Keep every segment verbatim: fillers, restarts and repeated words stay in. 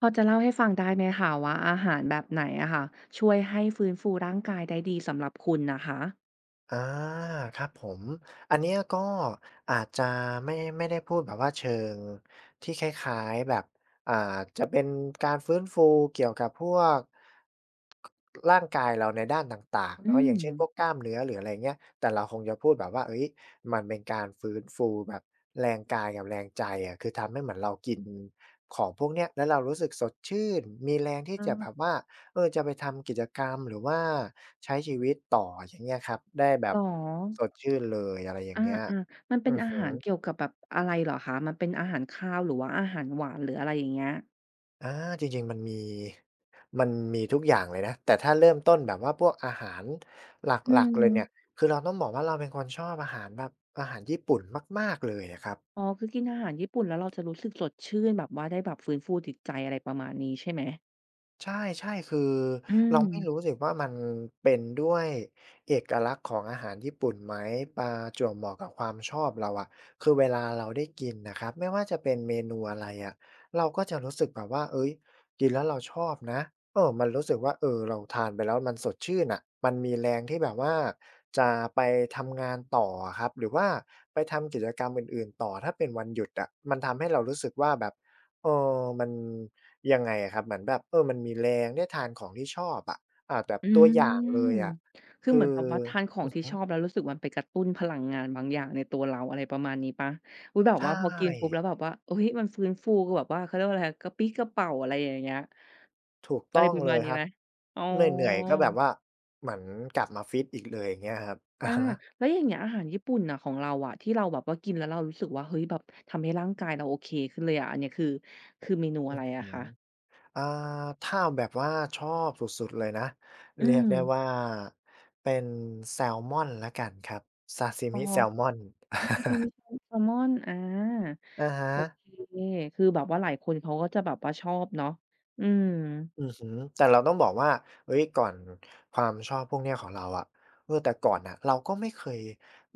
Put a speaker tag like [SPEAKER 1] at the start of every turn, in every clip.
[SPEAKER 1] พอจะเล่าให้ฟังได้ไหมคะว่าอาหารแบบไหนอะค่ะช่วยให้ฟื้นฟูร่างกายได้ดีสำหรับคุณนะคะ
[SPEAKER 2] อาครับผมอันเนี้ยก็อาจจะไม่ไม่ได้พูดแบบว่าเชิงที่คล้ายๆแบบอ่าจะเป็นการฟื้นฟูเกี่ยวกับพวกร่างกายเราในด้านต่างๆ
[SPEAKER 1] อื
[SPEAKER 2] เนาะอ
[SPEAKER 1] ม
[SPEAKER 2] ย่างเช่นพวกกล้ามเนื้อหรืออะไรเงี้ยแต่เราคงจะพูดแบบว่าเฮ้ยมันเป็นการฟื้นฟูแบบแรงกายกับแรงใจอะคือทำให้เหมือนเรากินของพวกเนี้ยแล้วเรารู้สึกสดชื่นมีแรงที่
[SPEAKER 1] อ๋อ
[SPEAKER 2] จะแบบว่า เออจะไปทำกิจกรรมหรือว่าใช้ชีวิตต่ออย่างเงี้ยครับได้แบ
[SPEAKER 1] เหร
[SPEAKER 2] บ
[SPEAKER 1] อ
[SPEAKER 2] สดชื่นเลยอะไรอย่า
[SPEAKER 1] อา
[SPEAKER 2] งเงี้ย
[SPEAKER 1] ๆมันเป็
[SPEAKER 2] อื
[SPEAKER 1] น
[SPEAKER 2] อ
[SPEAKER 1] อา
[SPEAKER 2] ฮึ
[SPEAKER 1] หารเกี่ยวกับแบบอะไรเหรอคะมันเป็นอาหารคาวหรือว่าอาหารหวานหรืออะไรอย่างเงี้ย
[SPEAKER 2] อาจริงๆมันมีมันมีทุกอย่างเลยนะแต่ถ้าเริ่มต้นแบบว่าพวกอาหารห
[SPEAKER 1] อื
[SPEAKER 2] ลักๆ
[SPEAKER 1] ม
[SPEAKER 2] เลยเนี่ยคือเราต้องบอกว่าเราเป็นคนชอบอาหารแบบอาหารญี่ปุ่นมากๆเลยอะครับ
[SPEAKER 1] อ๋อคือกินอาหารญี่ปุ่นแล้วเราจะรู้สึกสดชื่นแบบว่าได้แบบฟื้นฟูจิตใจอะไรประมาณนี้ใช่ไหม
[SPEAKER 2] ใช่ๆคือ
[SPEAKER 1] อืม
[SPEAKER 2] เราไม่รู้สิว่ามันเป็นด้วยเอกลักษณ์ของอาหารญี่ปุ่นไหมมาจั่วบเหมาะกับความชอบเราอะคือเวลาเราได้กินนะครับไม่ว่าจะเป็นเมนูอะไรอะเราก็จะรู้สึกแบบว่าเฮ้ยกินแล้วเราชอบนะเออมันรู้สึกว่าเออเราทานไปแล้วมันสดชื่นน่ะมันมีแรงที่แบบว่าจะไปทำงานต่ออะครับหรือว่าไปทำกิจกรรมอื่นๆต่อถ้าเป็นวันหยุดอะมันทำให้เรารู้สึกว่าแบบ เออมันยังไงอะครับเหมือนแบบเออมันมีแรงได้ทานของที่ชอบอะอ่าแบบ
[SPEAKER 1] อื
[SPEAKER 2] ตัวอย่างเลย
[SPEAKER 1] ม
[SPEAKER 2] อะ
[SPEAKER 1] คือ
[SPEAKER 2] คือ
[SPEAKER 1] เหมือนแบบว่าทานขอ
[SPEAKER 2] อื
[SPEAKER 1] ง
[SPEAKER 2] อ
[SPEAKER 1] ที่
[SPEAKER 2] ฮึ
[SPEAKER 1] ชอบแล้วรู้สึกมันไปกระตุ้นพลังงานบางอย่างในตัวเราอะไรประมาณนี้เปล่าอุ๊ยแบ
[SPEAKER 2] ใช
[SPEAKER 1] บว่าพอกินปุ๊บ
[SPEAKER 2] ่
[SPEAKER 1] แล้วแบบว่าเฮ้ยมันฟื้นฟูแบบว่าเขาเรียกว่าอะไรอะกระปรี้กระเปร่าอะไรอย่างเงี้ย
[SPEAKER 2] ถูก
[SPEAKER 1] อะไร
[SPEAKER 2] ต้อง
[SPEAKER 1] ประ
[SPEAKER 2] เล
[SPEAKER 1] มาณ
[SPEAKER 2] ย
[SPEAKER 1] นี้
[SPEAKER 2] ครั
[SPEAKER 1] ไห
[SPEAKER 2] บ
[SPEAKER 1] มอ๋อ
[SPEAKER 2] เหนื่อยๆก็แบบว่าเหมือนกลับมาฟิตอีกเลยอย่างเงี้ยครับอะ
[SPEAKER 1] อา
[SPEAKER 2] ฮะ
[SPEAKER 1] แล้วอย่างเงี้ยอาหารญี่ปุ่นน่ะของเราอะที่เราแบบว่ากินแล้วเรารู้สึกว่าเฮ้ยแบบทำให้ร่างกายเราโอเคขึ้นเลยอะอันเนี้ยคือคือเมนูอะไร
[SPEAKER 2] อื
[SPEAKER 1] อะ
[SPEAKER 2] ม
[SPEAKER 1] คะ
[SPEAKER 2] อ่าถ้าแบบว่าชอบสุดๆเลยนะ
[SPEAKER 1] อื
[SPEAKER 2] เรียก
[SPEAKER 1] ม
[SPEAKER 2] ได้ว่าเป็นแซลมอนแล้วกันครับซาซิ
[SPEAKER 1] อ๋อ
[SPEAKER 2] มิแซลมอน
[SPEAKER 1] ซาซิมิแซลแซลมอนอา
[SPEAKER 2] อะฮะ
[SPEAKER 1] โอเคคือแบบว่าหลายคนเขาก็จะแบบว่าชอบเนาะอืม
[SPEAKER 2] อือฮึแต่เราต้องบอกว่าเฮ้ยก่อนความชอบพวกเนี้ยของเราอะเออแต่ก่อนน่ะเราก็ไม่เคย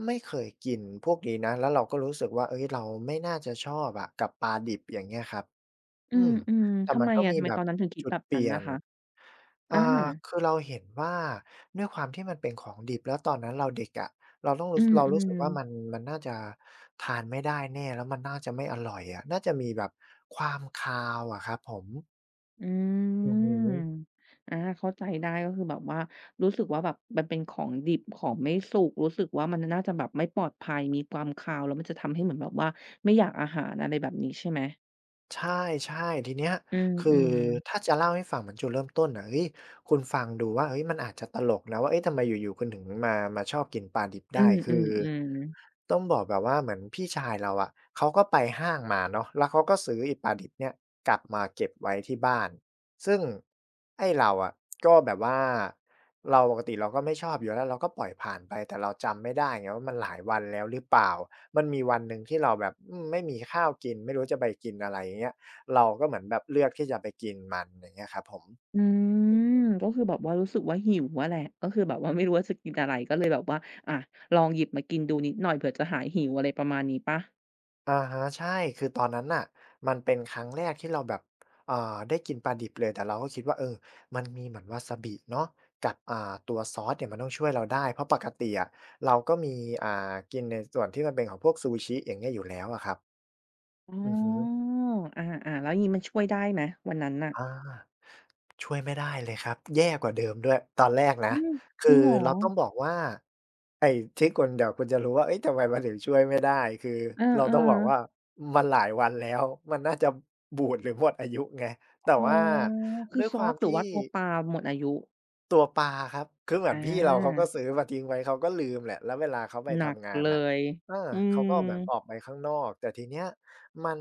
[SPEAKER 2] ไม่เคยกินพวกนี้นะ แล้วเราก็รู้สึกว่าเฮ้ยเราไม่น่าจะชอบอะกับปลาดิบอย่างเงี้ยครับ
[SPEAKER 1] อื
[SPEAKER 2] อืม
[SPEAKER 1] ม
[SPEAKER 2] แต่
[SPEAKER 1] ๆทำ
[SPEAKER 2] มัน
[SPEAKER 1] ไม
[SPEAKER 2] ก็
[SPEAKER 1] อะ
[SPEAKER 2] มี
[SPEAKER 1] ทำไม
[SPEAKER 2] แบ
[SPEAKER 1] ต
[SPEAKER 2] บ
[SPEAKER 1] อนนั้นถึงคิด
[SPEAKER 2] จุด
[SPEAKER 1] แบบ
[SPEAKER 2] เป
[SPEAKER 1] นั้
[SPEAKER 2] ลี่
[SPEAKER 1] น
[SPEAKER 2] ย
[SPEAKER 1] น่ะ
[SPEAKER 2] น
[SPEAKER 1] คะ
[SPEAKER 2] อ่า
[SPEAKER 1] อา
[SPEAKER 2] คือเราเห็นว่าด้วยความที่มันเป็นของดิบแล้วตอนนั้นเราเด็กอะเราต้องรู้
[SPEAKER 1] อื
[SPEAKER 2] เรารู้สึก
[SPEAKER 1] ม
[SPEAKER 2] ว่ามัน
[SPEAKER 1] ๆ
[SPEAKER 2] มันน่าจะทานไม่ได้แน่แล้วมันน่าจะไม่อร่อยอะน่าจะมีแบบความคาวอะครับผม
[SPEAKER 1] อื
[SPEAKER 2] อือฮึ
[SPEAKER 1] มอาเข้าใจได้ก็คือแบบว่ารู้สึกว่าแบบมันเป็นของดิบของไม่สุกรู้สึกว่ามันน่าจะแบบไม่ปลอดภัยมีความคาวแล้วมันจะทำให้เหมือนแบบว่าไม่อยากอาหารอะไรแบบนี้ใช่ไหม
[SPEAKER 2] ใช่ๆทีเนี้ย
[SPEAKER 1] อื
[SPEAKER 2] คือ
[SPEAKER 1] ม
[SPEAKER 2] ถ้า
[SPEAKER 1] ๆ
[SPEAKER 2] จะเล่าให้ฟังเหมือนจุดเริ่มต้นน่ะเฮ้ยคุณฟังดูว่าเฮ้ยมันอาจจะตลกนะว่าเอ๊ะทำไมอยู่ๆคุณถึงมามาชอบกินปลาดิบ
[SPEAKER 1] อื
[SPEAKER 2] ได้คือ
[SPEAKER 1] มๆๆ
[SPEAKER 2] ต้องบอกแบบว่าเหมือนพี่ชายเราอะเขาก็ไปห้างมาเนาะแล้วเขาก็ซื้อไอ้ปลาดิบเนี่ยกลับมาเก็บไว้ที่บ้าน ซึ่งไอ้เราอะก็แบบว่าเราปกติเราก็ไม่ชอบอยู่แล้วเราก็ปล่อยผ่านไปแต่เราจำไม่ได้ไงว่ามันหลายวันแล้วหรือเปล่ามันมีวันหนึ่งที่เราแบบอืมไม่มีข้าวกินไม่รู้จะไปกินอะไรอย่างเงี้ยเราก็เหมือนแบบเลือกที่จะไปกินมันอย่างเงี้ยครับผม
[SPEAKER 1] อืมก็คือแบบว่ารู้สึกว่าหิวอะแหละก็คือแบบว่าไม่รู้ว่าจะกินอะไรก็เลยแบบว่าอ่ะลองหยิบมากินดูนิดหน่อยเผื่อจะหายหิวอะไรประมาณนี้เปล่า
[SPEAKER 2] อาฮะใช่คือตอนนั้นน่ะมันเป็นครั้งแรกที่เราแบบอ่าได้กินปลาดิบเลยแต่เราก็คิดว่าเออมันมีเหมือนวาซาบิเนาะกับอ่าตัวซอสเนี่ยมันต้องช่วยเราได้เพราะปกติอะเราก็มีอ่ากินในส่วนที่มันเป็นของพวกซูชิอย่างเงี้ยอยู่แล้วอะครับ
[SPEAKER 1] อ๋
[SPEAKER 2] อือฮึ
[SPEAKER 1] ออาๆแล้วอย่างงี้มันช่วยได้ไหมวันนั้นน่ะ
[SPEAKER 2] อาช่วยไม่ได้เลยครับแย่กว่าเดิมด้วยตอนแรกนะ
[SPEAKER 1] อ้าวจริ
[SPEAKER 2] คื
[SPEAKER 1] ง
[SPEAKER 2] อ
[SPEAKER 1] เหรอ
[SPEAKER 2] เราต้องบอกว่า ไอ้ที่คุณเดี๋ยวคุณจะรู้ว่าเอ๊ยทำไมมันถึงช่วยไม่ได้คือ
[SPEAKER 1] เ
[SPEAKER 2] เราต้องบอก
[SPEAKER 1] ออ
[SPEAKER 2] ว่ามันหลายวันแล้วมันน่าจะบูดหรือหมดอายุไงแต่
[SPEAKER 1] ๆอ๋อ
[SPEAKER 2] ว่า
[SPEAKER 1] คื
[SPEAKER 2] ด้
[SPEAKER 1] อ
[SPEAKER 2] วย
[SPEAKER 1] ซ
[SPEAKER 2] ค
[SPEAKER 1] อ
[SPEAKER 2] วา
[SPEAKER 1] ส
[SPEAKER 2] ม
[SPEAKER 1] หรือ
[SPEAKER 2] ที่
[SPEAKER 1] ว่าตัวปลาหมดอายุ
[SPEAKER 2] ตัวปลาครับคือเหมือ
[SPEAKER 1] อ
[SPEAKER 2] นพี่เราเขาก็
[SPEAKER 1] า
[SPEAKER 2] ซื้อมาทิ้งไว้เขาก็ลืมแหละแล้วเวลาเขาไป
[SPEAKER 1] หนัก
[SPEAKER 2] ทำงาน
[SPEAKER 1] เล
[SPEAKER 2] น่ะ
[SPEAKER 1] ย
[SPEAKER 2] เออ
[SPEAKER 1] อื
[SPEAKER 2] เขาก็
[SPEAKER 1] ม
[SPEAKER 2] แบบออกไปข้างนอกแต่ทีเนี้ยมัน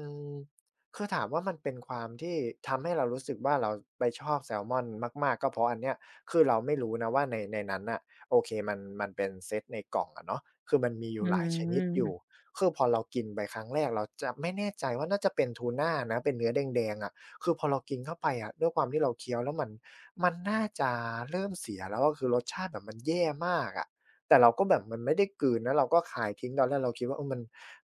[SPEAKER 2] คือถามว่ามันเป็นความที่ทำให้เรารู้สึกว่าเราไปชอบแซลมอนมากๆก็เพราะอันเนี้ยคือเราไม่รู้นะว่าในในนั้นน่ะโอเคมันมันเป็นเซตในกล่องอะเนาะคือมันมีอ
[SPEAKER 1] อื
[SPEAKER 2] ยู่หลายชนิดอยู่
[SPEAKER 1] ม
[SPEAKER 2] คือพอเรากินไปครั้งแรกเราจะไม่แน่ใจว่าน่าจะเป็นทูนานะเป็นเนื้อแดงๆอะ คือพอเรากินเข้าไปอะด้วยความที่เราเคี้ยวแล้วมันมันน่าจะเริ่มเสียแล้วอะคือรสชาติแบบมันแย่มากอะแต่เราก็แบบมันไม่ได้กลืนนะเราก็คายทิ้งตอนแรกเราคิดว่าเออมัน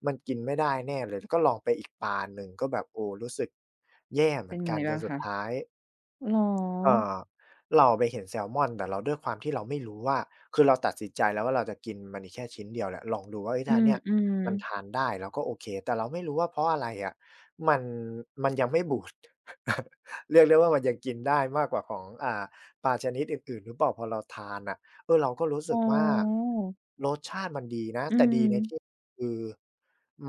[SPEAKER 2] มันกินไม่ได้แน่เลยก็ลองไปอีกปานหนึ่งก็แบบโอ้รู้สึกแย่เหมื
[SPEAKER 1] เป็
[SPEAKER 2] อ
[SPEAKER 1] น
[SPEAKER 2] นกั
[SPEAKER 1] ไง
[SPEAKER 2] นจ
[SPEAKER 1] บ้า
[SPEAKER 2] น
[SPEAKER 1] ง
[SPEAKER 2] สุด
[SPEAKER 1] คะ
[SPEAKER 2] ท้าย
[SPEAKER 1] เหร
[SPEAKER 2] เอ่
[SPEAKER 1] อ
[SPEAKER 2] อเราไปเห็นแซลมอนแต่เราด้วยความที่เราไม่รู้ว่าคือเราตัดสินใจแล้วว่าเราจะกินมันอีกแค่ชิ้นเดียวแหละลองดูว่าเฮ้ยถ้าอันเนี้ย
[SPEAKER 1] อืม
[SPEAKER 2] มันทาน
[SPEAKER 1] ๆ
[SPEAKER 2] ได้เราก็โอเคแต่เราไม่รู้ว่าเพราะอะไรอะมันมันยังไม่บูด เรียกได้ว่ามันยังกินได้มากกว่าของอ่าปลาชนิดอื่นๆหรือเปล่าพอเราทานน่ะเออเราก็รู้
[SPEAKER 1] อ๋
[SPEAKER 2] สึกว่า
[SPEAKER 1] อ
[SPEAKER 2] รสชาติมันดีนะ
[SPEAKER 1] อื
[SPEAKER 2] แต่ดีในที่
[SPEAKER 1] ม
[SPEAKER 2] คือ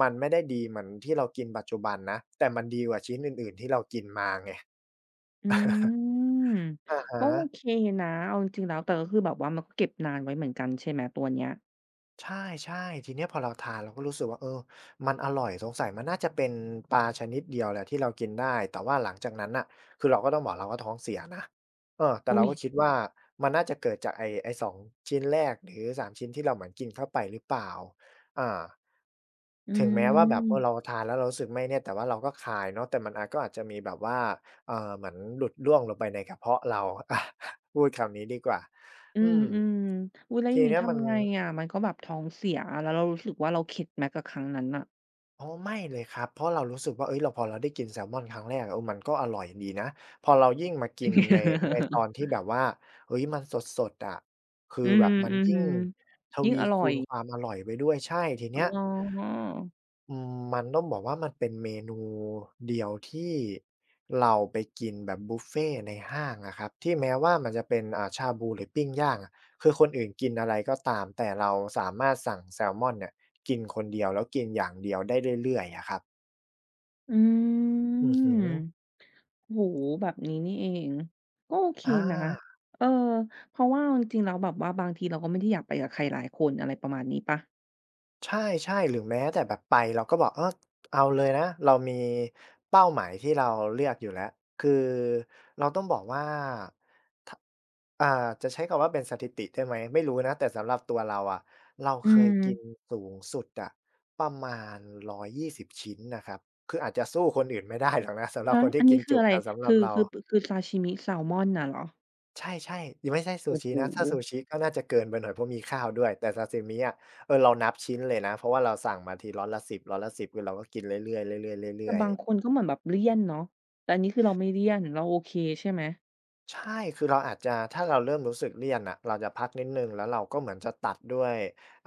[SPEAKER 2] มันไม่ได้ดีเหมือนที่เรากินปัจจุบันนะแต่มันดีกว่าชิ้นอื่นๆที่เรากินมาไง
[SPEAKER 1] อืม
[SPEAKER 2] อะฮะ
[SPEAKER 1] ก็โอเคนะเอาจริงๆแล้วแต่ก็คือแบบว่ามันก็เก็บนานไว้เหมือนกันใช่ไหมตัวเนี้ย
[SPEAKER 2] ใช่ๆทีเนี้ยพอเราทานเราก็รู้สึกว่าเออมันอร่อยสงสัยมันน่าจะเป็นปลาชนิดเดียวแหละที่เรากินได้แต่ว่าหลังจากนั้นน่ะคือเราก็ต้องบอกเราก็ท้องเสียนะเออแต่เรา
[SPEAKER 1] อุ๊ย
[SPEAKER 2] ก็คิดว่ามันน่าจะเกิดจากไอ้ไอ้สองชิ้นแรกหรือสามชิ้นที่เราเหมือนกินเข้าไปหรือเปล่าอา
[SPEAKER 1] อื
[SPEAKER 2] ถึงแม้ว่าแบบเออเรา
[SPEAKER 1] ม
[SPEAKER 2] ทานแล้วเรารู้สึกไม่เนี่ยแต่ว่าเราก็คายเนาะแต่มันอาจก็อาจจะมีแบบว่าเอ่อเหมือนหลุดร่วงลงไปในกระเพาะเรา อะพูดคำนี้ดีกว่า
[SPEAKER 1] อื
[SPEAKER 2] อืม
[SPEAKER 1] มๆอุ๊ยแล้วอ
[SPEAKER 2] ที
[SPEAKER 1] ย่างงี้
[SPEAKER 2] เนี้ยมัน
[SPEAKER 1] ทำไงอะมันก็แบบท้องเสียแล้วเรารู้สึกว่าเราเข็ดไหมกับครั้งนั้นน่ะ
[SPEAKER 2] อ๋อไม่เลยครับเพราะเรารู้สึกว่าเฮ้ยเราพอเราได้กินแซลมอนครั้งแรกอะเออมันก็อร่อยดีนะพอเรายิ่งมากินในในตอนที่ แบบว่าเฮ้ยมันสดๆอะคือ
[SPEAKER 1] อื
[SPEAKER 2] แบ
[SPEAKER 1] ม
[SPEAKER 2] บมัน
[SPEAKER 1] อือ
[SPEAKER 2] ยิ่ง
[SPEAKER 1] ฮึ
[SPEAKER 2] ท
[SPEAKER 1] ยิ่ง
[SPEAKER 2] วี
[SPEAKER 1] อร่อ
[SPEAKER 2] คู
[SPEAKER 1] ย
[SPEAKER 2] ณความอร่อยไปด้วยใช่ทีเนี้ย
[SPEAKER 1] อ๋อ
[SPEAKER 2] อืมมันต้องบอกว่ามันเป็นเมนูเดียวที่เราไปกินแบบบุฟเฟต์ในห้างอะครับที่แม้ว่ามันจะเป็นอ่าชาบูหรือปิ้งย่างอะคือคนอื่นกินอะไรก็ตามแต่เราสามารถสั่งแซลมอนเนี่ยกินคนเดียวแล้วกินอย่างเดียวได้เรื่อยๆอะครับ
[SPEAKER 1] อื
[SPEAKER 2] อือฮึ
[SPEAKER 1] มโอ้โฮแบบนี้นี่เองก็โอเค
[SPEAKER 2] อา
[SPEAKER 1] นะเออเพราะว่าเอาจริงๆแล้วแบบว่าบางทีเราก็ไม่ได้อยากไปกับใครหลายคนอะไรประมาณนี้เปล่า
[SPEAKER 2] ใช่ๆหรือแม้แต่แบบไปเราก็บอกเออเอาเลยนะ เรามีเป้าหมายที่เราเลือกอยู่แล้ว คือเราต้องบอกว่าทอ่าจะใช้คำว่าเป็นสถิติได้ไหม ไม่รู้นะ แต่สำหรับตัวเราอะเรา
[SPEAKER 1] อื
[SPEAKER 2] เคยกิน
[SPEAKER 1] ม
[SPEAKER 2] สูงสุดอะประมาณ หนึ่งร้อยยี่สิบ ชิ้นนะครับคืออาจจะสู้คนอื่นไม่ได้หรอกนะ สำหรับ
[SPEAKER 1] ฮะ
[SPEAKER 2] คนที่
[SPEAKER 1] อัน
[SPEAKER 2] กิ
[SPEAKER 1] นี้
[SPEAKER 2] น
[SPEAKER 1] คื
[SPEAKER 2] จุ
[SPEAKER 1] ออะไร
[SPEAKER 2] แต่สำหรับ
[SPEAKER 1] คือ
[SPEAKER 2] เรา
[SPEAKER 1] คือปคือซาชิมิแซลมอนน่ะเหรอ
[SPEAKER 2] ใช่ๆยังไม่ใช่ซู
[SPEAKER 1] โอ้
[SPEAKER 2] ชิ
[SPEAKER 1] โฮ
[SPEAKER 2] นะถ้าซูชิก็น่าจะเกินไปหน่อยเพราะมีข้าวด้วยแต่ซาซิมิอะเออเรานับชิ้นเลยนะเพราะว่าเราสั่งมาทีร้อนละสิบร้อนละสิบคือเราก็กินเรื่อยๆเรื่อยๆ
[SPEAKER 1] แต่
[SPEAKER 2] เรื่อย
[SPEAKER 1] บางคนก็เหมือนแบบเลี่ยนเนาะแต่อันนี้คือเราไม่เลี่ยนเราโอเคใช่ไหม
[SPEAKER 2] ๆใช่คือเราอาจจะถ้าเราเริ่มรู้สึกเลี่ยนน่ะเราจะพักนิดหนึ่งแล้วเราก็เหมือนจะตัดด้วย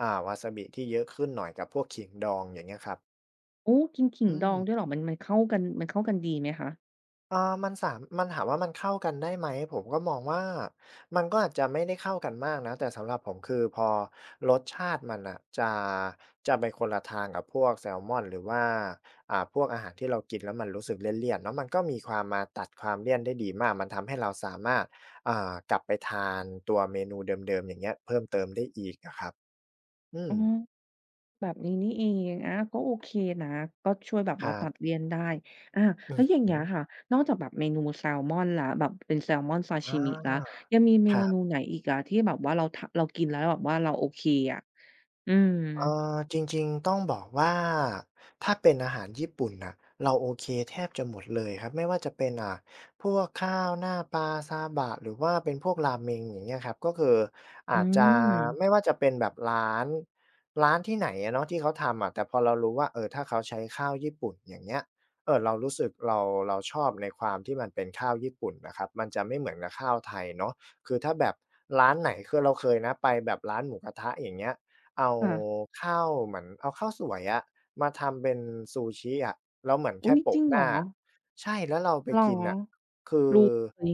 [SPEAKER 2] อ่าวาซาบิที่เยอะขึ้นหน่อยกับพวกขิงดองอย่างเงี้ยครับ
[SPEAKER 1] โอ้กินขิง
[SPEAKER 2] อื
[SPEAKER 1] ด
[SPEAKER 2] ม
[SPEAKER 1] องด้วยเหรอมันมันเข้ากันมันเข้ากันดีไหมคะ
[SPEAKER 2] เออมันสามมันถามว่ามันเข้ากันได้ไหมผมก็มองว่ามันก็อาจจะไม่ได้เข้ากันมากนะแต่สำหรับผมคือพอรสชาติมันน่ะจะจะไปคนละทางกับพวกแซลมอนหรือว่าอ่าพวกอาหารที่เรากินแล้วมันรู้สึกเลี่ยนๆเนาะมันก็มีความมาตัดความเลี่ยนได้ดีมากมันทำให้เราสามารถอ่ากลับไปทานตัวเมนูเดิมๆอย่างเงี้ยเพิ่มเติมได้อีกอะครับอืม
[SPEAKER 1] อ๋อแบบนี้นี่เองอาก็โอเคนะก็ช่วยแบบ
[SPEAKER 2] ค
[SPEAKER 1] ว่า
[SPEAKER 2] รั
[SPEAKER 1] ตัด
[SPEAKER 2] บ
[SPEAKER 1] เลี่ยนได้อา
[SPEAKER 2] อื
[SPEAKER 1] แล้
[SPEAKER 2] อ
[SPEAKER 1] วอย่าง
[SPEAKER 2] ฮึ
[SPEAKER 1] เงี้ยค่ะนอกจากแบบเมนูแซลมอนแล้วแบบเป็นแซลมอนซาชิ
[SPEAKER 2] อา
[SPEAKER 1] มิแล้วยังมีเม
[SPEAKER 2] ครั
[SPEAKER 1] นู
[SPEAKER 2] บ
[SPEAKER 1] ไหนอีกอะที่แบบว่าเราทเรากินแล้วแบบว่าเราโอเคอะอืม
[SPEAKER 2] เออจริงๆต้องบอกว่าถ้าเป็นอาหารญี่ปุ่นนะเราโอเคแทบจะหมดเลยครับไม่ว่าจะเป็นอ่ะพวกข้าวหน้าปลาซาบะหรือว่าเป็นพวกราเมงอย่างเงี้ยครับก็คือ
[SPEAKER 1] อื
[SPEAKER 2] อาจจะไม่
[SPEAKER 1] ม
[SPEAKER 2] ว่าจะเป็นแบบร้านร้านที่ไหนอะเนาะที่เขาทำอะแต่พอเรารู้ว่าเออถ้าเขาใช้ข้าวญี่ปุ่นอย่างเงี้ยเออเรารู้สึกเราเราชอบในความที่มันเป็นข้าวญี่ปุ่นนะครับมันจะไม่เหมือนกับข้าวไทยเนาะคือถ้าแบบร้านไหนคือเราเคยนะไปแบบร้านหมูกระทะอย่างเงี้ย เอา
[SPEAKER 1] ค่ะ
[SPEAKER 2] ข้าวเหมือนเอาข้าวสวยอะมาทำเป็นซูชิอะแล้วเหมือนแค่
[SPEAKER 1] อุ๊ยจ
[SPEAKER 2] โปะ
[SPEAKER 1] ริง
[SPEAKER 2] ห
[SPEAKER 1] เหร
[SPEAKER 2] น้า
[SPEAKER 1] อ
[SPEAKER 2] ใช่แล้วเราไป
[SPEAKER 1] เหรอ
[SPEAKER 2] กินน่ะคือ
[SPEAKER 1] รู้เลย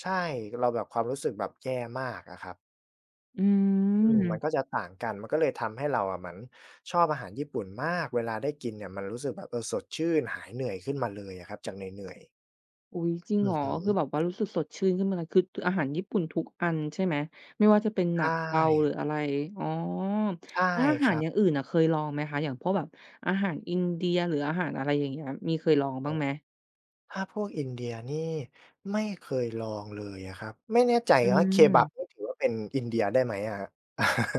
[SPEAKER 2] ใช่เราแบบความรู้สึกแบบแย่มากอะครับ
[SPEAKER 1] อื
[SPEAKER 2] อืมมันก็
[SPEAKER 1] ม
[SPEAKER 2] จะต่างกันมันก็เลยทำให้เราอะเหมือนชอบอาหารญี่ปุ่นมากเวลาได้กินเนี่ยมันรู้สึกแบบเออสดชื่นหายเหนื่อยขึ้นมาเลยอะครับจากเหนื่อยๆ
[SPEAKER 1] อุ๊ยจริง
[SPEAKER 2] อื
[SPEAKER 1] เหร
[SPEAKER 2] อ
[SPEAKER 1] อ
[SPEAKER 2] ฮึ
[SPEAKER 1] คือแบบว่ารู้สึกสดชื่นขึ้นมาเลยคืออาหารญี่ปุ่นทุกอันใช่ไหมไม่ว่าจะเป็น
[SPEAKER 2] ใช
[SPEAKER 1] หนักเบาหรื
[SPEAKER 2] ่
[SPEAKER 1] ออะไรอ๋อ
[SPEAKER 2] ใช่
[SPEAKER 1] แล้วอา
[SPEAKER 2] ค
[SPEAKER 1] หาร
[SPEAKER 2] รั
[SPEAKER 1] อ
[SPEAKER 2] บ
[SPEAKER 1] ย่างอื่นน่ะเคยลองไหมคะอย่างพวกแบบอาหารอินเดียหรืออาหารอะไรอย่างเงี้ยมีเคยลองบ้างไหม
[SPEAKER 2] ถ้าพวกอินเดียนี่ไม่เคยลองเลยอะครับไม่แน่ใจ
[SPEAKER 1] อื
[SPEAKER 2] ว่าเคบับ
[SPEAKER 1] ม
[SPEAKER 2] นี่ถือว่าเป็นอินเดียได้ไหมอะครับ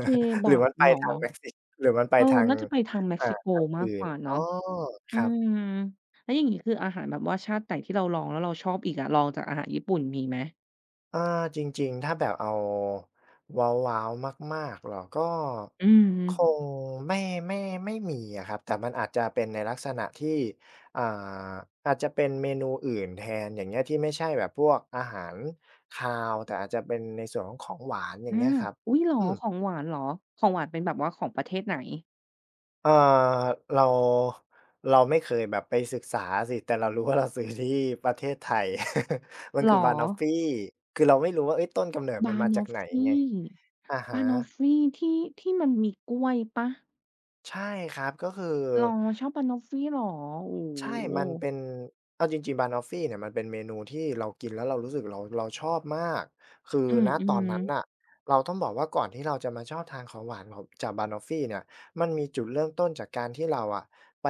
[SPEAKER 1] เค
[SPEAKER 2] หรือ
[SPEAKER 1] บับ
[SPEAKER 2] มันไป
[SPEAKER 1] เหรอ
[SPEAKER 2] ทางเม็กซิหรือมันไป
[SPEAKER 1] เออ
[SPEAKER 2] ทาง
[SPEAKER 1] น่าจะไปทางเม็ก
[SPEAKER 2] อ่า
[SPEAKER 1] ซิโก
[SPEAKER 2] ทาง
[SPEAKER 1] มา
[SPEAKER 2] อื่
[SPEAKER 1] กก
[SPEAKER 2] น
[SPEAKER 1] ว่า
[SPEAKER 2] อ๋อ
[SPEAKER 1] เนาะ
[SPEAKER 2] ค
[SPEAKER 1] อื
[SPEAKER 2] รับ
[SPEAKER 1] มแล้วอย่างงี้คืออาหารแบบว่าชาติไหนที่เราลองแล้วเราชอบอีกอะลองจากอาหารญี่ปุ่นมีไหม
[SPEAKER 2] เออจริงๆถ้าแบบเอาว้าวๆมากๆหรอก็
[SPEAKER 1] อืม
[SPEAKER 2] คงไม่ไม่ไม่มีอะครับแต่มันอาจจะเป็นในลักษณะที่อ่าอาจจะเป็นเมนูอื่นแทนอย่างเงี้ยที่ไม่ใช่แบบพวกอาหารคาวแต่อาจจะเป็นในส่วนของของหวานอย่างเงี้ย
[SPEAKER 1] อา
[SPEAKER 2] ครับ
[SPEAKER 1] อุ๊ยเหรอ
[SPEAKER 2] อืม
[SPEAKER 1] ของหวานเหรอของหวานเป็นแบบว่าของประเทศไหน
[SPEAKER 2] เออเราเราไม่เคยแบบไปศึกษาสิแต่เรารู้ว่าเราซื้อที่ประเทศไทย มัน
[SPEAKER 1] เหร
[SPEAKER 2] คือ
[SPEAKER 1] อ
[SPEAKER 2] บานอฟฟี่คือเราไม่รู้ว่าเอ้ยต้นกำเนิดมัน
[SPEAKER 1] บา
[SPEAKER 2] มา
[SPEAKER 1] น
[SPEAKER 2] จา
[SPEAKER 1] อ
[SPEAKER 2] ก
[SPEAKER 1] ฟ
[SPEAKER 2] ไหน
[SPEAKER 1] ฟ
[SPEAKER 2] ไง
[SPEAKER 1] ี่
[SPEAKER 2] อะ
[SPEAKER 1] บา
[SPEAKER 2] ฮะ
[SPEAKER 1] นอฟฟี่ที่ที่มันมีกล้วยเปล่า
[SPEAKER 2] ใช่ครับก็คือ
[SPEAKER 1] เหรอชอบบานอฟฟี่เหรอโอ้
[SPEAKER 2] ใช่
[SPEAKER 1] โฮ
[SPEAKER 2] มันเป็นเอาจริงๆ b a n o f ฟี่เนี่ยมันเป็นเมนูที่เรากินแล้วเรารู้สึกเราเราชอบมากคือ
[SPEAKER 1] อื
[SPEAKER 2] ณตอนนั้นน่ะ
[SPEAKER 1] ม
[SPEAKER 2] เราต้องบอกว่าก่อนที่เราจะมาชอบทานของหวานของจาก b a n o f ฟี่เนี่ยมันมีจุดเริ่มต้นจากการที่เราอะไป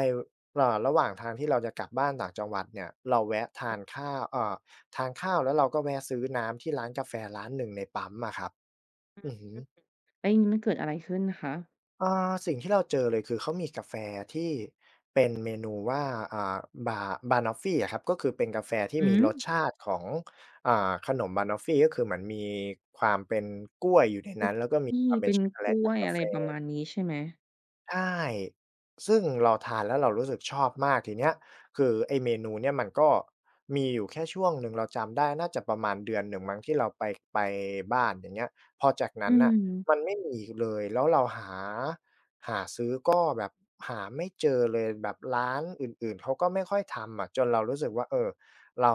[SPEAKER 2] เอ่อระหว่างทางที่เราจะกลับบ้านต่างจังหวัดเนี่ยเราแวะทานข้าวเอ่อทานข้าวแล้วเราก็แวะซื้อน้ำที่ร้านกาแฟร้านหนึ่งในปั๊มอะครับอือฮึ
[SPEAKER 1] ๆแล้วอย่างงี้มันเกิดอะไรขึ้นคะ
[SPEAKER 2] อ่าสิ่งที่เราเจอเลยคือเขามีกาแฟที่เป็นเมนูว่าอ่าบาบานอฟฟี่อะครับก็คือเป็นกาแฟที่
[SPEAKER 1] หื
[SPEAKER 2] มี
[SPEAKER 1] อ
[SPEAKER 2] รสชาติของอ่าขนมบานอฟฟี่ก็คือเหมือนมีความเป็นกล้วยอยู่ใน
[SPEAKER 1] คุ
[SPEAKER 2] นั้
[SPEAKER 1] ก
[SPEAKER 2] นแล้วก็มีค
[SPEAKER 1] กี้
[SPEAKER 2] วามเป็น
[SPEAKER 1] เป็น
[SPEAKER 2] ช็อกโกแล
[SPEAKER 1] ก
[SPEAKER 2] ต
[SPEAKER 1] ล้
[SPEAKER 2] กั
[SPEAKER 1] ว
[SPEAKER 2] บ
[SPEAKER 1] ย
[SPEAKER 2] กา
[SPEAKER 1] อะไร
[SPEAKER 2] แฟ
[SPEAKER 1] ประมาณนี้ใช่ไหม
[SPEAKER 2] ใช่ซึ่งเราทานแล้วเรารู้สึกชอบมากทีเนี้ยคือไอ้เมนูเนี่ยมันก็มีอยู่แค่ช่วงหนึ่งเราจำได้น่าจะประมาณเดือนหนึ่งมั้งที่เราไปไปบ้านอย่างเงี้ยพอจาก
[SPEAKER 1] อื
[SPEAKER 2] นั้นน่ะ
[SPEAKER 1] ม
[SPEAKER 2] มันไม่มีอีกเลยแล้วเราหาหาซื้อก็แบบหาไม่เจอเลยแบบร้านอื่นๆเขาก็ไม่ค่อยทำอะจนเรารู้สึกว่าเออเรา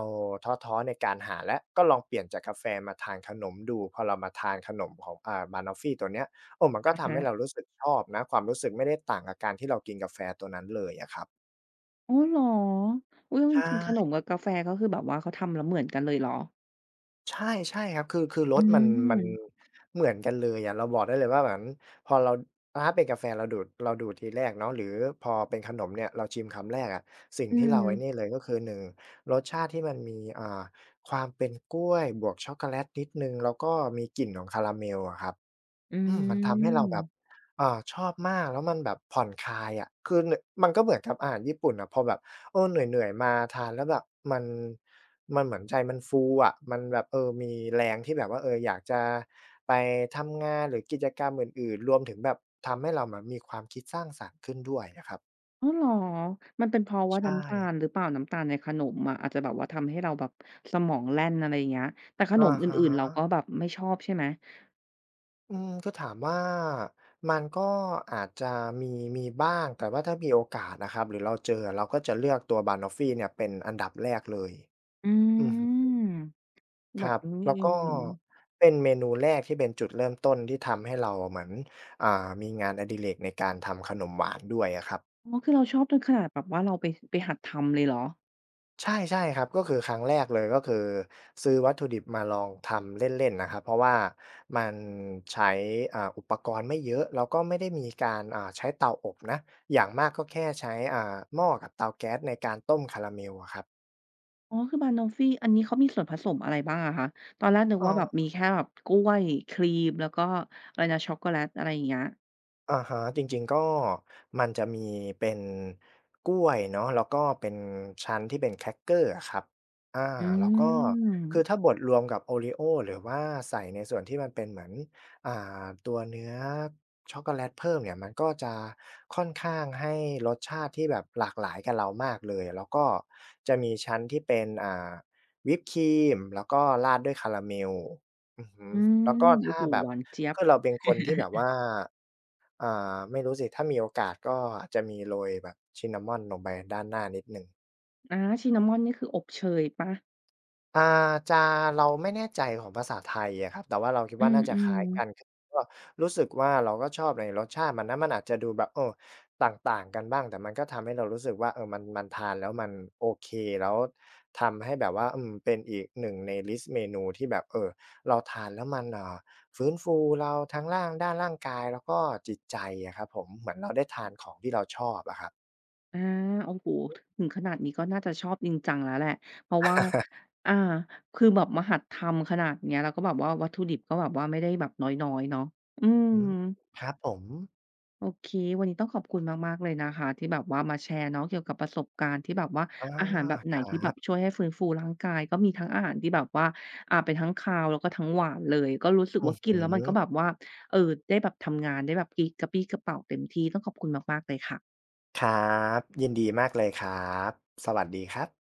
[SPEAKER 2] ท้อๆในการหาแล้วก็ลองเปลี่ยนจากกาแฟมาทานขนมดูพอเรามาทานขนมของอ่า บี เอ เอ็น โอ เอฟ เอฟ ตัวเนี้ย โอ้มันก็
[SPEAKER 1] อะ
[SPEAKER 2] ทำ
[SPEAKER 1] ฮะ
[SPEAKER 2] ให้เรารู้สึกชอบนะความรู้สึกไม่ได้ต่างกับการที่เรากินกาแฟตัวนั้นเลยอะครับ
[SPEAKER 1] อ๋อเหรออุ๊ยเอา
[SPEAKER 2] ใช
[SPEAKER 1] จริงๆขนม
[SPEAKER 2] ่
[SPEAKER 1] กับกาแฟก็คือแบบว่าเขาทำแล้วเหมือนกันเลยเหรอ
[SPEAKER 2] ใช่ใช่ครับคือคือร
[SPEAKER 1] อื
[SPEAKER 2] สมันมัน
[SPEAKER 1] ม
[SPEAKER 2] เหมือนกันเลยอะเราบอกได้เลยว่าเหมือนพอเราถ้าเป็นกาแฟเราดูดเราดูดทีแรกเนาะหรือพอเป็นขนมเนี่ยเราชิมคำแรกอะสิ่ง
[SPEAKER 1] อื
[SPEAKER 2] ที่เราไอ้นี่
[SPEAKER 1] ม
[SPEAKER 2] เลยก็คือหนึ่งรสชาติที่มันมีอ่าความเป็นกล้วยบวกช็อกโกแลตนิดหนึ่งแล้วก็มีกลิ่นของคาราเมลอะครับ
[SPEAKER 1] อื
[SPEAKER 2] อืมมันทำให้เราแบบ
[SPEAKER 1] ม
[SPEAKER 2] เอ่อชอบมากแล้วมันแบบผ่อนคลายอะคือนมันก็เหมือนกับอาหารญี่ปุ่นอะพอแบบเออเหนื่อยๆมาทานแล้วแบบมันมันเหมือนใจมันฟูอะมันแบบเออมีแรงที่แบบว่าเอออยากจะไปทำงานหรือกิจกรรมอื่นๆรวมถึงแบบทำให้เราแบบมีความคิดสร้างสรรค์ขึ้นด้วยอะครับ
[SPEAKER 1] อ๋อเหรอมันเป็นเพราะว่า
[SPEAKER 2] ใช่
[SPEAKER 1] น้ำตาลหรือเปล่าน้ำตาลในขนมอะอาจจะแบบว่าทำให้เราแบบสมองแล่นอะไรอย่างเงี้ยแต่ขน
[SPEAKER 2] อะ
[SPEAKER 1] มอื่นๆเรา
[SPEAKER 2] ฮะ
[SPEAKER 1] ก็แบบไม่ชอบใช่ไหม
[SPEAKER 2] อืมก็ถามว่ามันก็อาจจะมีมีบ้างแต่ว่าถ้ามีโอกาสนะครับหรือเราเจอเราก็จะเลือกตัว บานอฟฟี่ เนี่ยเป็นอันดับแรกเลย
[SPEAKER 1] อื
[SPEAKER 2] อือฮึ
[SPEAKER 1] ม แบ
[SPEAKER 2] ค
[SPEAKER 1] บ
[SPEAKER 2] รับ
[SPEAKER 1] นี้นี่
[SPEAKER 2] แล้ว
[SPEAKER 1] เ
[SPEAKER 2] ก็
[SPEAKER 1] อง
[SPEAKER 2] เป็นเมนูแรกที่เป็นจุดเริ่มต้นที่ทำให้เราอะเหมือนอ่ามีงานอดิเรกในการทำขนมหวานด้วยอะครับ
[SPEAKER 1] อ๋อคือเราชอบจนขนาดแบบว่าเราไปไปหัดทำเลยเหรอ
[SPEAKER 2] ใช่ใช่ครับก็คือครั้งแรกเลยก็คือซื้อวัตถุดิบมาลองทำเล่นๆนะครับเพราะว่ามันใช้อ่าอุปกรณ์ไม่เยอะแล้วก็ไม่ได้มีการอ่าใช้เตาอบนะอย่างมากก็แค่ใช้อ่าหม้อกับเตาแก๊สในการต้มคาราเมลอะครับ
[SPEAKER 1] อ๋อคือบานอฟฟี่อันนี้เขามีส่วนผสมอะไรบ้างอะคะตอนแรกนึก
[SPEAKER 2] เอ
[SPEAKER 1] ว่าแบบ
[SPEAKER 2] อ
[SPEAKER 1] มีแค่แบบกล้วยครีมแล้วก็อะไรนะช็อกโกแลตอะไรอย่างเงี้ย
[SPEAKER 2] อาฮะจริงๆก็มันจะมีเป็นกล้วยเนาะแล้วก็เป็นชั้นที่เป็นแครกเกอร์อะครับอา
[SPEAKER 1] อื
[SPEAKER 2] แล้วก็
[SPEAKER 1] ม
[SPEAKER 2] คือถ้าบดรวมกับโอรีโอหรือว่าใส่ในส่วนที่มันเป็นเหมือนอ่าตัวเนื้อช็อกโกแลตเพิ่มเนี่ยมันก็จะค่อนข้างให้รสชาติที่แบบหลากหลายกับเรามากเลยแล้วก็จะมีชั้นที่เป็นอ่าวิปครีมแล้วก็ราดด้วยคาราเมลอือฮึ
[SPEAKER 1] อื
[SPEAKER 2] แล้ว
[SPEAKER 1] ม
[SPEAKER 2] ก็
[SPEAKER 1] โอ้
[SPEAKER 2] ถ้า
[SPEAKER 1] โฮ
[SPEAKER 2] แบ
[SPEAKER 1] ห
[SPEAKER 2] บ
[SPEAKER 1] วานเจี๊ยบ
[SPEAKER 2] คือเราเป็นคนที่แบบว่า อ่าไม่รู้สิถ้ามีโอกาสก็อาจจะมีโรยแบบซินนามอนลงไปด้านหน้านิดหนึ่ง
[SPEAKER 1] อาซินนามอนนี่คืออบเชยเปล่า
[SPEAKER 2] อ่าจะเราไม่แน่ใจของภาษาไทยอะครับแต่ว่าเราคิด
[SPEAKER 1] อื
[SPEAKER 2] ว่าน่าจะค
[SPEAKER 1] ม
[SPEAKER 2] ล้ายกัน
[SPEAKER 1] ๆ
[SPEAKER 2] คือก็รู้สึกว่าเราก็ชอบในรสชาติมันนะมันอาจจะดูแบบเออต่างๆกันบ้างแต่มันก็ทำให้เรารู้สึกว่าเออมันมันทานแล้วมันโอเคแล้วทำให้แบบว่าอืมเป็นอีกหนึ่งในลิสต์เมนูที่แบบเออเราทานแล้วมันอ่าฟื้นฟูเราทั้งร่างด้านร่างกายแล้วก็จิตใจอะครับผมเหมือนเราได้ทานของที่เราชอบอะครับ
[SPEAKER 1] อาโอ้โฮถึงขนาดนี้ก็น่าจะชอบจริงจังแล้วแหละ เพราะว่า
[SPEAKER 2] ค่ะ
[SPEAKER 1] อ่าคือแบบมาหัดทำขนาดเนี้ยแล้วก็แบบว่าวัตถุดิบก็แบบว่าไม่ได้แบบน้อยๆเนาะอืม
[SPEAKER 2] อืมครับผม
[SPEAKER 1] โอเควันนี้ต้องขอบคุณมากๆเลยนะคะที่แบบว่ามาแชร์เนาะเกี่ยวกับประสบการณ์ที่แบบว่า
[SPEAKER 2] อา
[SPEAKER 1] อาหารแบบ
[SPEAKER 2] ค
[SPEAKER 1] ไหน
[SPEAKER 2] รั
[SPEAKER 1] ที่แบ
[SPEAKER 2] บ
[SPEAKER 1] บช่วยให้ฟื้นฟูร่างกายก็มีทั้งอาหารที่แบบว่าอ่าเป็นทั้งคาวแล้วก็ทั้งหวานเลย ก็รู้สึก
[SPEAKER 2] อือ
[SPEAKER 1] ว่า
[SPEAKER 2] ฮึ
[SPEAKER 1] กินแล้วมันก็แบบว่าเออได้แบบทำงานได้แบบกรดกระปรี้กระเปร่าเต็มที่ต้องขอบคุณมากๆเลยค่ะ
[SPEAKER 2] ครับ ยินดีมากเลยครับ สวัสดีครับ